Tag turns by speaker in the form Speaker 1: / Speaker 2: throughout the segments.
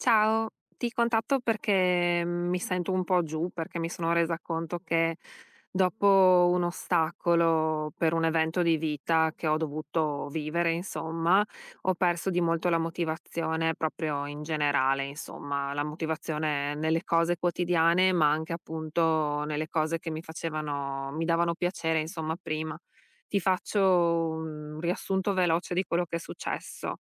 Speaker 1: Ciao, ti contatto perché mi sento un po' giù, perché mi sono resa conto che dopo un ostacolo per un evento di vita che ho dovuto vivere, insomma, ho perso di molto la motivazione proprio in generale, insomma, la motivazione nelle cose quotidiane, ma anche appunto nelle cose che mi facevano, mi davano piacere, insomma, prima. Ti faccio un riassunto veloce di quello che è successo.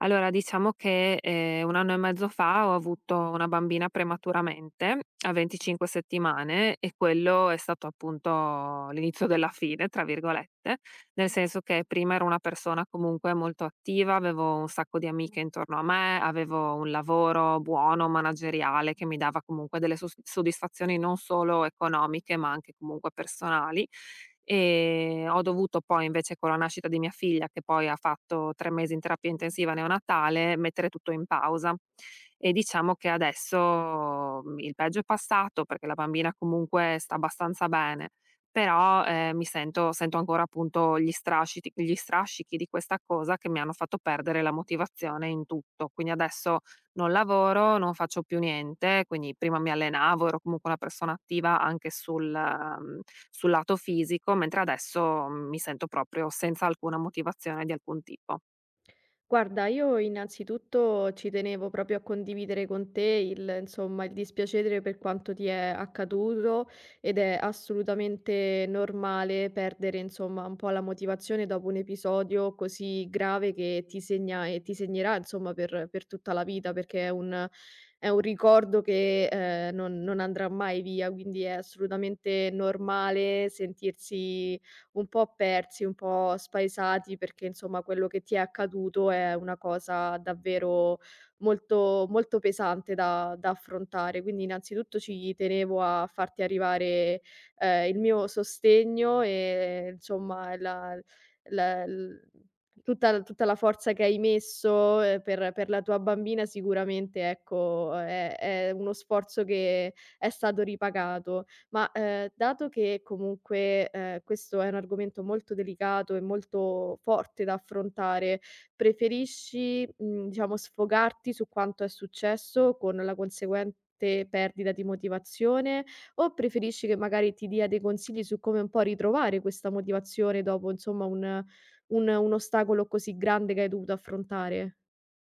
Speaker 1: Allora, diciamo che, 1 anno e mezzo fa ho avuto una bambina prematuramente a 25 settimane e quello è stato appunto "l'inizio della fine", tra virgolette, nel senso che prima ero una persona comunque molto attiva, avevo un sacco di amiche intorno a me, avevo un lavoro buono, manageriale, che mi dava comunque delle soddisfazioni non solo economiche, ma anche comunque personali. E ho dovuto poi invece con la nascita di mia figlia, che poi ha fatto 3 mesi in terapia intensiva neonatale, mettere tutto in pausa. E diciamo che adesso il peggio è passato perché la bambina comunque sta abbastanza bene, però, mi sento ancora appunto gli strascichi di questa cosa che mi hanno fatto perdere la motivazione in tutto. Quindi adesso non lavoro, non faccio più niente, quindi prima mi allenavo, ero comunque una persona attiva anche sul lato fisico, mentre adesso mi sento proprio senza alcuna motivazione di alcun tipo.
Speaker 2: Guarda, io innanzitutto ci tenevo proprio a condividere con te il, insomma, il dispiacere per quanto ti è accaduto ed è assolutamente normale perdere, insomma, un po' la motivazione dopo un episodio così grave che ti segna e ti segnerà, insomma, per, tutta la vita, perché è un ricordo che non andrà mai via, quindi è assolutamente normale sentirsi un po' persi, un po' spaesati perché insomma quello che ti è accaduto è una cosa davvero molto, molto pesante da affrontare. Quindi innanzitutto ci tenevo a farti arrivare il mio sostegno e insomma la- l- tutta, tutta la forza che hai messo per la tua bambina sicuramente ecco, è uno sforzo che è stato ripagato. Ma, dato che comunque, questo è un argomento molto delicato e molto forte da affrontare, preferisci, diciamo sfogarti su quanto è successo con la conseguente perdita di motivazione, o preferisci che magari ti dia dei consigli su come un po' ritrovare questa motivazione dopo insomma un un ostacolo così grande che hai dovuto affrontare?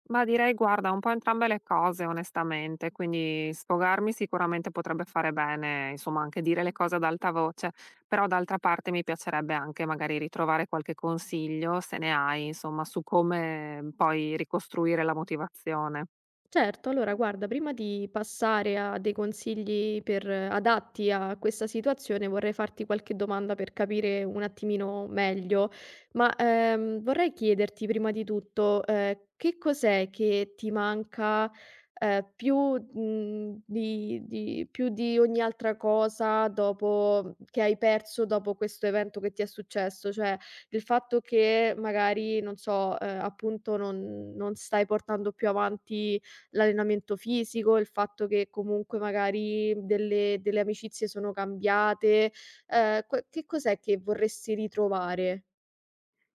Speaker 1: Ma direi guarda un po' entrambe le cose onestamente, quindi sfogarmi sicuramente potrebbe fare bene, insomma anche dire le cose ad alta voce, però d'altra parte mi piacerebbe anche magari ritrovare qualche consiglio, se ne hai, insomma, su come poi ricostruire la motivazione.
Speaker 2: Certo, allora guarda, prima di passare a dei consigli per adatti a questa situazione, vorrei farti qualche domanda per capire un attimino meglio, ma, vorrei chiederti prima di tutto, che cos'è che ti manca, più, di più di ogni altra cosa dopo che hai perso dopo questo evento che ti è successo? Cioè, il fatto che magari, non so, appunto non stai portando più avanti l'allenamento fisico, il fatto che comunque magari delle amicizie sono cambiate, que che cos'è che vorresti ritrovare?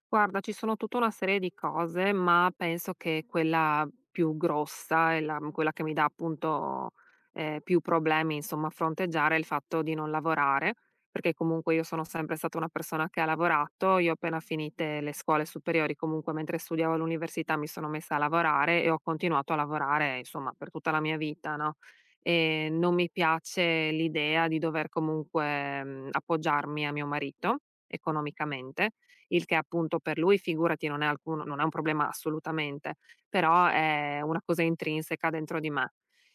Speaker 1: Guarda, ci sono tutta una serie di cose, ma penso che quella più grossa e la quella che mi dà appunto, più problemi insomma a fronteggiare è il fatto di non lavorare, perché comunque io sono sempre stata una persona che ha lavorato. Io appena finite le scuole superiori, comunque mentre studiavo all'università mi sono messa a lavorare e ho continuato a lavorare insomma per tutta la mia vita, no, non mi piace l'idea di dover comunque, appoggiarmi a mio marito economicamente, il che appunto per lui figurati non è alcun, non è un problema assolutamente, però è una cosa intrinseca dentro di me.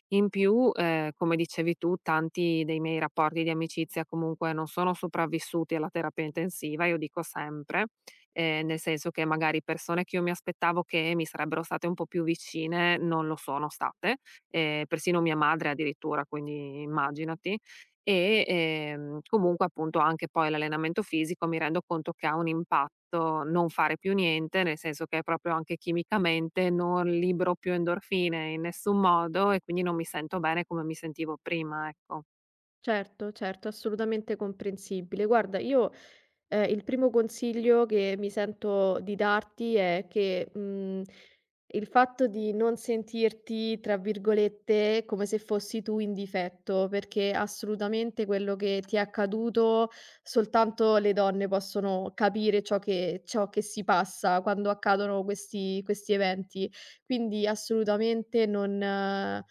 Speaker 1: In più, come dicevi tu, tanti dei miei rapporti di amicizia comunque non sono sopravvissuti alla terapia intensiva, io dico sempre, nel senso che magari persone che io mi aspettavo che mi sarebbero state un po' più vicine non lo sono state, persino mia madre addirittura, quindi immaginati. E, comunque appunto anche poi l'allenamento fisico mi rendo conto che ha un impatto non fare più niente, nel senso che proprio anche chimicamente non libero più endorfine in nessun modo e quindi non mi sento bene come mi sentivo prima, ecco.
Speaker 2: Certo, certo, assolutamente comprensibile. Guarda, io. Il primo consiglio che mi sento di darti è che, il fatto di non sentirti, tra virgolette, "come se fossi tu in difetto", perché assolutamente quello che ti è accaduto soltanto le donne possono capire ciò che si passa quando accadono questi eventi. Quindi assolutamente non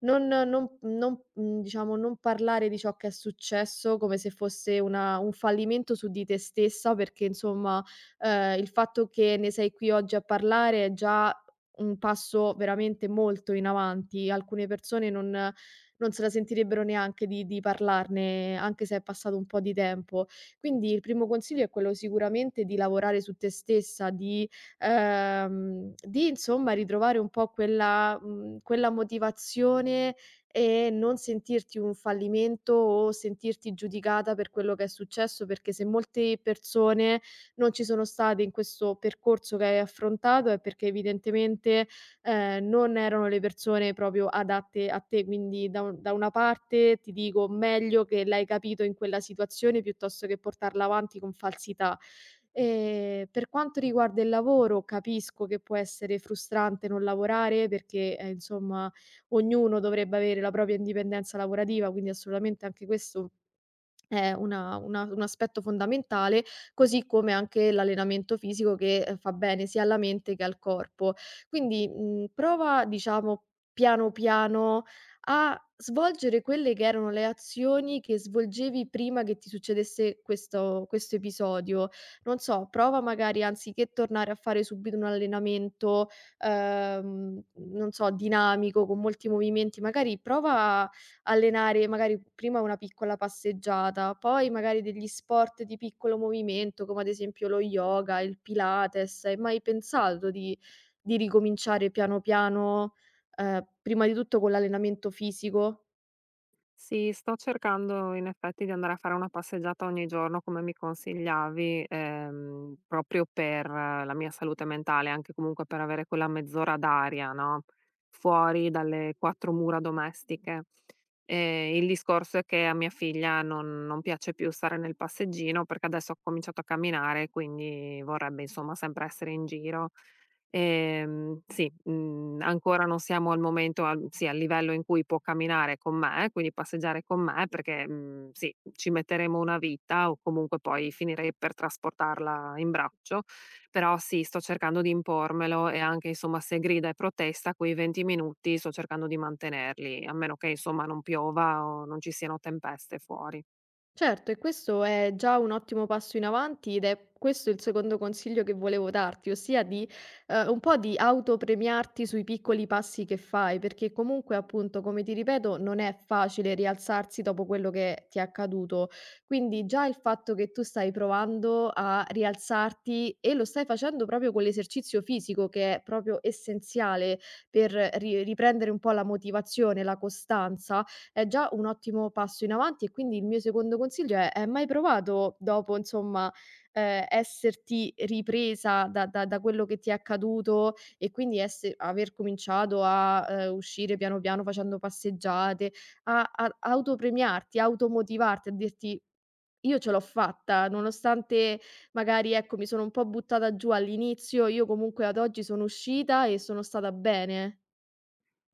Speaker 2: non non non mhmm, diciamo, non parlare di ciò che è successo come se fosse una un fallimento su di te stessa, perché insomma, il fatto che ne sei qui oggi a parlare è già un passo veramente molto in avanti. Alcune persone non se la sentirebbero neanche di parlarne, anche se è passato un po' di tempo. Quindi il primo consiglio è quello sicuramente di lavorare su te stessa, di insomma ritrovare un po' quella motivazione e non sentirti un fallimento o sentirti giudicata per quello che è successo, perché se molte persone non ci sono state in questo percorso che hai affrontato è perché evidentemente, non erano le persone proprio adatte a te. Quindi da una parte ti dico meglio che l'hai capito in quella situazione piuttosto che portarla avanti con falsità. Per quanto riguarda il lavoro, capisco che può essere frustrante non lavorare perché, insomma, ognuno dovrebbe avere la propria indipendenza lavorativa, quindi assolutamente anche questo è una un aspetto fondamentale, così come anche l'allenamento fisico che, fa bene sia alla mente che al corpo. Quindi, prova diciamo piano piano a svolgere quelle che erano le azioni che svolgevi prima che ti succedesse questo episodio. Non so, prova magari anziché tornare a fare subito un allenamento, non so, dinamico con molti movimenti, magari prova allenare magari prima una piccola passeggiata, poi magari degli sport di piccolo movimento, come ad esempio lo yoga, il Pilates. Hai mai pensato di ricominciare piano piano, prima di tutto con l'allenamento fisico?
Speaker 1: Sì, sto cercando in effetti di andare a fare una passeggiata ogni giorno come mi consigliavi, proprio per la mia salute mentale, anche comunque per avere quella mezz'ora d'aria, no, fuori dalle quattro mura domestiche. Il discorso è che a mia figlia non piace più stare nel passeggino, perché adesso ha cominciato a camminare, quindi vorrebbe insomma sempre essere in giro. Sì, ancora non siamo al momento al sì, al livello in cui può camminare con me, quindi passeggiare con me perché, sì, ci metteremo una vita o comunque poi finirei per trasportarla in braccio, però sì, sto cercando di impormelo e anche insomma se grida e protesta quei 20 minuti sto cercando di mantenerli, a meno che insomma non piova o non ci siano tempeste fuori.
Speaker 2: Certo, e questo è già un ottimo passo in avanti ed è questo il secondo consiglio che volevo darti, ossia di un po' di autopremiarti sui piccoli passi che fai, perché comunque, appunto, come ti ripeto, non è facile rialzarsi dopo quello che ti è accaduto. Quindi già il fatto che tu stai provando a rialzarti e lo stai facendo proprio con l'esercizio fisico, che è proprio essenziale per riprendere un po' la motivazione, la costanza è già un ottimo passo in avanti e quindi il mio secondo consiglio è: hai mai provato dopo, insomma, esserti ripresa da quello che ti è accaduto e quindi esse aver cominciato a, uscire piano piano facendo passeggiate, a a autopremiarti, automotivarti, a dirti: "Io ce l'ho fatta", nonostante magari, ecco, mi sono un po' buttata giù all'inizio, io comunque ad oggi sono uscita e sono stata bene?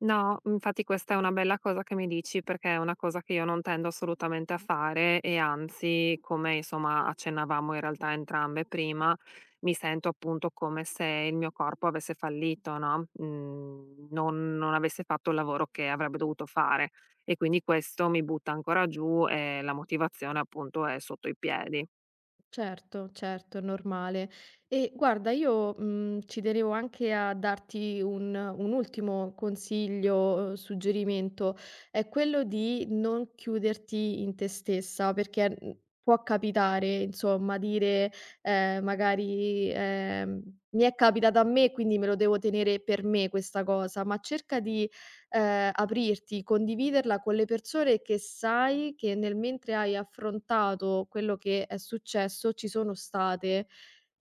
Speaker 1: No, infatti questa è una bella cosa che mi dici perché è una cosa che io non tendo assolutamente a fare e anzi, come insomma accennavamo in realtà entrambe prima, mi sento appunto come se il mio corpo avesse fallito, no? Non avesse fatto il lavoro che avrebbe dovuto fare e quindi questo mi butta ancora giù e la motivazione appunto è sotto i piedi.
Speaker 2: Certo, certo, è normale. E guarda, io, ci tenevo anche a darti un ultimo consiglio, suggerimento, è quello di non chiuderti in te stessa, perché, può capitare insomma dire, magari, "Mi è capitata a me, quindi me lo devo tenere per me questa cosa", ma cerca di aprirti, condividerla con le persone che sai che nel mentre hai affrontato quello che è successo ci sono state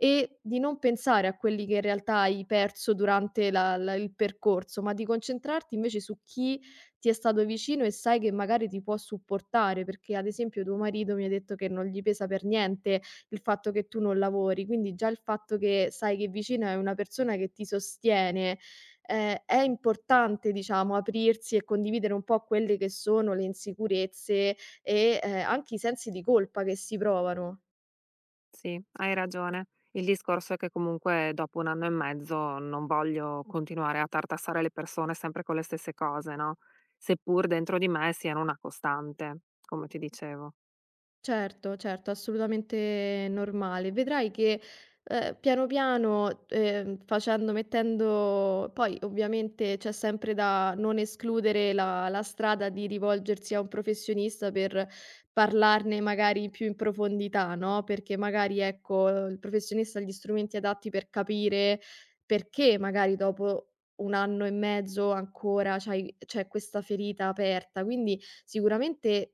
Speaker 2: e di non pensare a quelli che in realtà hai perso durante la la il percorso, ma di concentrarti invece su chi ti è stato vicino e sai che magari ti può supportare, perché ad esempio tuo marito mi hai detto che non gli pesa per niente il fatto che tu non lavori, quindi già il fatto che sai che vicino hai una persona che ti sostiene, è importante diciamo aprirsi e condividere un po' quelle che sono le insicurezze e, anche i sensi di colpa che si provano.
Speaker 1: Sì, hai ragione. Il discorso è che comunque dopo 1 anno e mezzo non voglio continuare a tartassare le persone sempre con le stesse cose, no, seppur dentro di me siano una costante, come ti dicevo.
Speaker 2: Certo, certo, assolutamente normale. Vedrai che, piano piano, facendo mettendo poi ovviamente c'è sempre da non escludere la strada di rivolgersi a un professionista per parlarne magari più in profondità, no, perché magari, ecco, il professionista ha gli strumenti adatti per capire perché magari dopo 1 anno e mezzo ancora c'è questa ferita aperta. Quindi sicuramente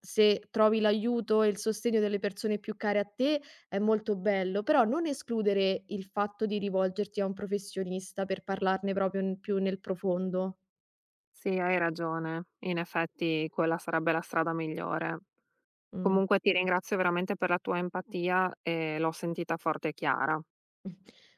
Speaker 2: se trovi l'aiuto e il sostegno delle persone più care a te è molto bello, però non escludere il fatto di rivolgerti a un professionista per parlarne proprio n più nel profondo.
Speaker 1: Sì, hai ragione. In effetti quella sarebbe la strada migliore.
Speaker 2: Mh.
Speaker 1: Comunque ti ringrazio veramente per la tua empatia e l'ho sentita forte e chiara.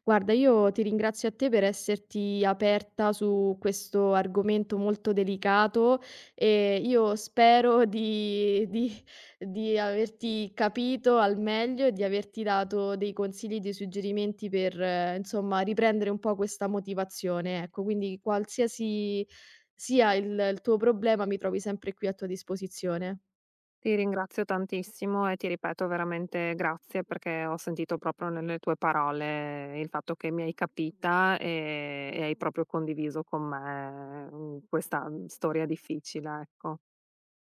Speaker 2: Guarda, io ti ringrazio a te per esserti aperta su questo argomento molto delicato e io spero di averti capito al meglio e di averti dato dei consigli, dei suggerimenti per, insomma, riprendere un po' questa motivazione. Ecco, quindi qualsiasi sia il tuo problema, mi trovi sempre qui a tua disposizione.
Speaker 1: Ti ringrazio tantissimo e ti ripeto veramente grazie perché ho sentito proprio nelle tue parole il fatto che mi hai capita e hai proprio condiviso con me questa storia difficile, ecco.